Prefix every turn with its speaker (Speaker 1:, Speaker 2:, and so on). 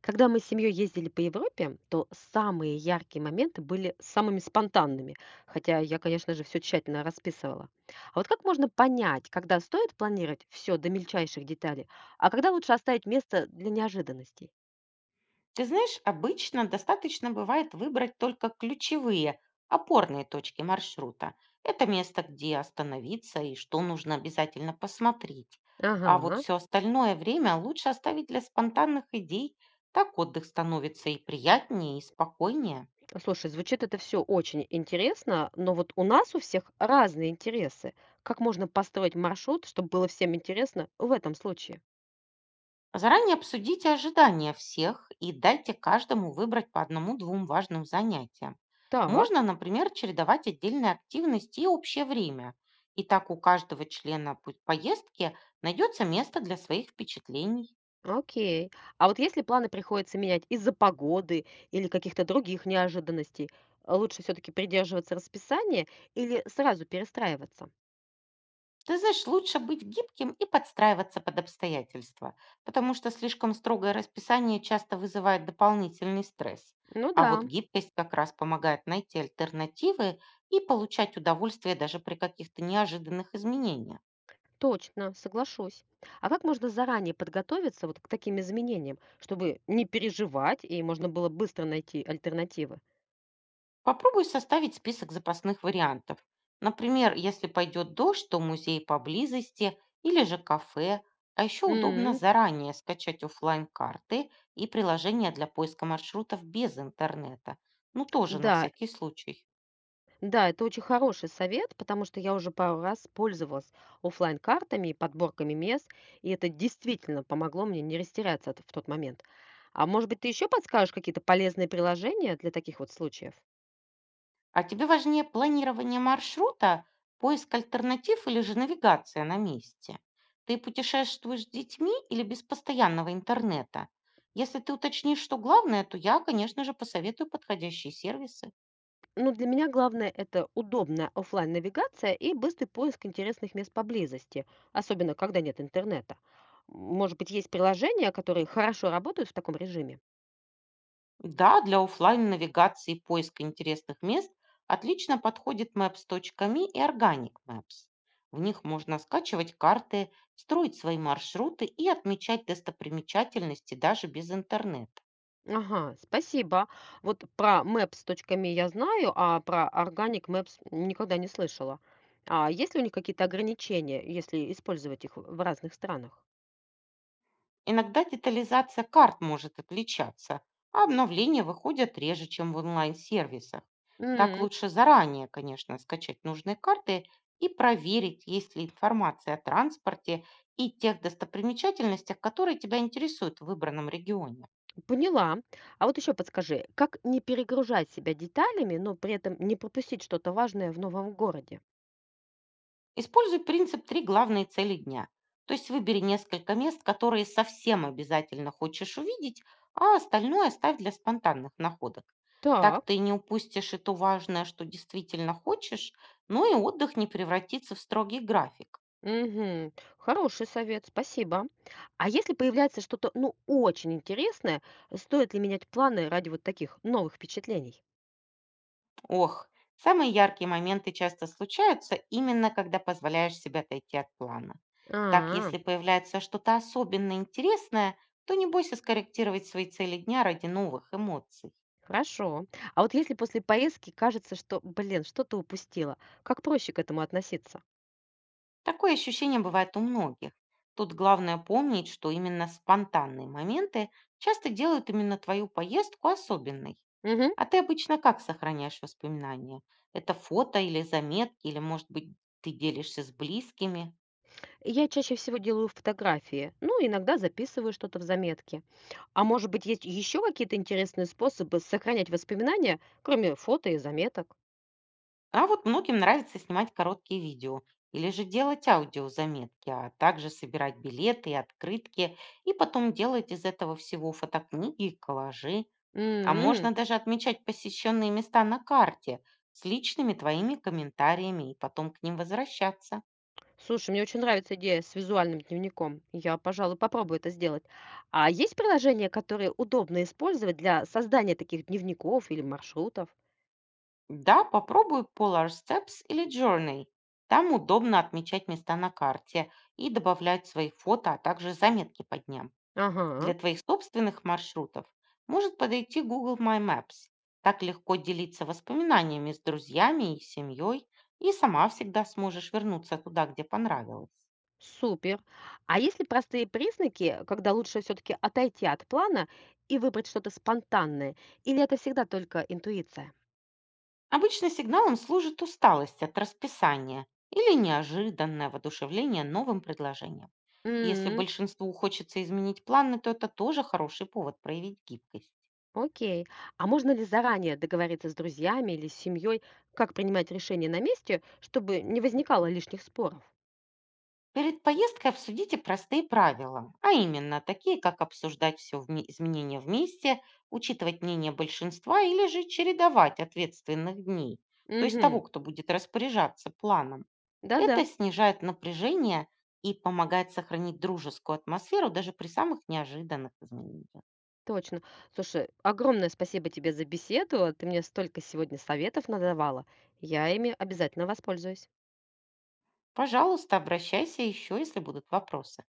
Speaker 1: Когда мы с семьей ездили по Европе, то самые яркие моменты были самыми спонтанными, хотя я, конечно же, все тщательно расписывала. А вот как можно понять, когда стоит планировать все до мельчайших деталей, а когда лучше оставить место для неожиданностей?
Speaker 2: Ты знаешь, обычно достаточно бывает выбрать только ключевые, опорные точки маршрута. Это место, где остановиться и что нужно обязательно посмотреть. А вот
Speaker 1: Ага.
Speaker 2: все остальное время лучше оставить для спонтанных идей. Так отдых становится и приятнее, и спокойнее.
Speaker 1: Слушай, звучит это все очень интересно, но вот у нас у всех разные интересы. Как можно построить маршрут, чтобы было всем интересно в этом случае?
Speaker 2: Заранее обсудите ожидания всех и дайте каждому выбрать по одному-двум важным занятиям.
Speaker 1: Так.
Speaker 2: Можно, например, чередовать отдельные активности и общее время. И так у каждого члена поездки найдется место для своих впечатлений.
Speaker 1: Ну, окей. А вот если планы приходится менять из-за погоды или каких-то других неожиданностей, а лучше все-таки придерживаться расписания или сразу перестраиваться?
Speaker 2: Ты знаешь, лучше быть гибким и подстраиваться под обстоятельства, потому что слишком строгое расписание часто вызывает дополнительный стресс.
Speaker 1: Ну
Speaker 2: А вот
Speaker 1: да,
Speaker 2: гибкость как раз помогает найти альтернативы и получать удовольствие даже при каких-то неожиданных изменениях.
Speaker 1: точно, соглашусь. А как можно заранее подготовиться вот к таким изменениям, чтобы не переживать и можно было быстро найти альтернативы?
Speaker 2: Попробуй составить список запасных вариантов. Например, если пойдет дождь, то музей поблизости или же кафе. А еще удобно
Speaker 1: М,
Speaker 2: заранее скачать оффлайн карты и приложения для поиска маршрутов без интернета. Ну, тоже на
Speaker 1: да.
Speaker 2: всякий случай.
Speaker 1: Да, это очень хороший совет, потому что я уже пару раз пользовалась оффлайн-картами и подборками мест, и это действительно помогло мне не растеряться в тот момент. А может быть, ты еще подскажешь какие-то полезные приложения для таких вот случаев?
Speaker 2: А тебе важнее планирование маршрута, поиск альтернатив или же навигация на месте? Ты путешествуешь с детьми или без постоянного интернета? Если ты уточнишь, что главное, то я, конечно же, посоветую подходящие сервисы.
Speaker 1: Ну, для меня главное это удобная оффлайн навигация и быстрый поиск интересных мест поблизости, особенно когда нет интернета. Может быть, есть приложения, которые хорошо работают в таком режиме?
Speaker 2: Да, для оффлайн-навигации и поиска интересных мест отлично подходит maps.me и Organic Maps. В них можно скачивать карты, строить свои маршруты и отмечать достопримечательности даже без интернета.
Speaker 1: Ага, спасибо. Вот про maps.me я знаю, а про Organic Maps никогда не слышала. А есть ли у них какие-то ограничения, если использовать их в разных странах?
Speaker 2: Иногда детализация карт может отличаться, а обновления выходят реже, чем в онлайн-сервисах. Так
Speaker 1: М,
Speaker 2: лучше заранее, конечно, скачать нужные карты и проверить, есть ли информация о транспорте и тех достопримечательностях, которые тебя интересуют в выбранном регионе.
Speaker 1: поняла. А вот еще подскажи, как не перегружать себя деталями, но при этом не пропустить что-то важное в новом городе?
Speaker 2: Используй принцип «три главные цели дня». То есть выбери несколько мест, которые совсем обязательно хочешь увидеть, а остальное оставь для спонтанных находок. Так
Speaker 1: Так.
Speaker 2: ты не упустишь и то важное, что действительно хочешь, но и отдых не превратится в строгий график.
Speaker 1: Мгм. Хороший совет, спасибо. А если появляется что-то, ну, очень интересное, стоит ли менять планы ради вот таких новых впечатлений?
Speaker 2: Ох, самые яркие моменты часто случаются именно когда позволяешь себе отойти от плана. Так,
Speaker 1: А.
Speaker 2: если появляется что-то особенно интересное, то не бойся скорректировать свои цели дня ради новых эмоций.
Speaker 1: Хорошо. А вот если после поездки кажется, что, блин, что-то упустила, как проще к этому относиться?
Speaker 2: Такое ощущение бывает у многих. Тут главное помнить, что именно спонтанные моменты часто делают именно твою поездку особенной.
Speaker 1: Мгм.
Speaker 2: А ты обычно как сохраняешь воспоминания? Это фото или заметки, или, может быть, ты делишься с близкими?
Speaker 1: Я чаще всего делаю фотографии, ну, иногда записываю что-то в заметке. А может быть, есть еще какие-то интересные способы сохранять воспоминания, кроме фото и заметок?
Speaker 2: А вот многим нравится снимать короткие видео или же делать аудиозаметки, а также собирать билеты и открытки, и потом делать из этого всего фотокниги и коллажи. А
Speaker 1: М,
Speaker 2: можно даже отмечать посещенные места на карте с личными твоими комментариями и потом к ним возвращаться.
Speaker 1: Слушай, мне очень нравится идея с визуальным дневником. Я, пожалуй, попробую это сделать. А есть приложения, которые удобно использовать для создания таких дневников или маршрутов?
Speaker 2: Да, попробуй Polar Steps или Journey. Там удобно отмечать места на карте и добавлять свои фото, а также заметки по дням. Для
Speaker 1: Ага.
Speaker 2: твоих собственных маршрутов может подойти Google My Maps. Так легко делиться воспоминаниями с друзьями и семьей, и сама всегда сможешь вернуться туда, где понравилось.
Speaker 1: Супер. А есть ли простые признаки, когда лучше все-таки отойти от плана и выбрать что-то спонтанное? Или это всегда только интуиция?
Speaker 2: Обычно сигналом служит усталость от расписания или неожиданное воодушевление новым предложением. Если
Speaker 1: М,
Speaker 2: большинству хочется изменить планы, то это тоже хороший повод проявить гибкость.
Speaker 1: Окей. А можно ли заранее договориться с друзьями или с семьей, как принимать решение на месте, чтобы не возникало лишних споров?
Speaker 2: Перед поездкой обсудите простые правила, а именно такие, как обсуждать все изменения вместе, учитывать мнение большинства или же чередовать ответственных дней, то есть того,
Speaker 1: Угу.
Speaker 2: кто будет распоряжаться планом.
Speaker 1: Да-да,
Speaker 2: Это снижает напряжение и помогает сохранить дружескую атмосферу даже при самых неожиданных изменениях.
Speaker 1: точно. Слушай, огромное спасибо тебе за беседу. Ты мне столько сегодня советов надавала. Я ими обязательно воспользуюсь.
Speaker 2: Пожалуйста, обращайся еще, если будут вопросы.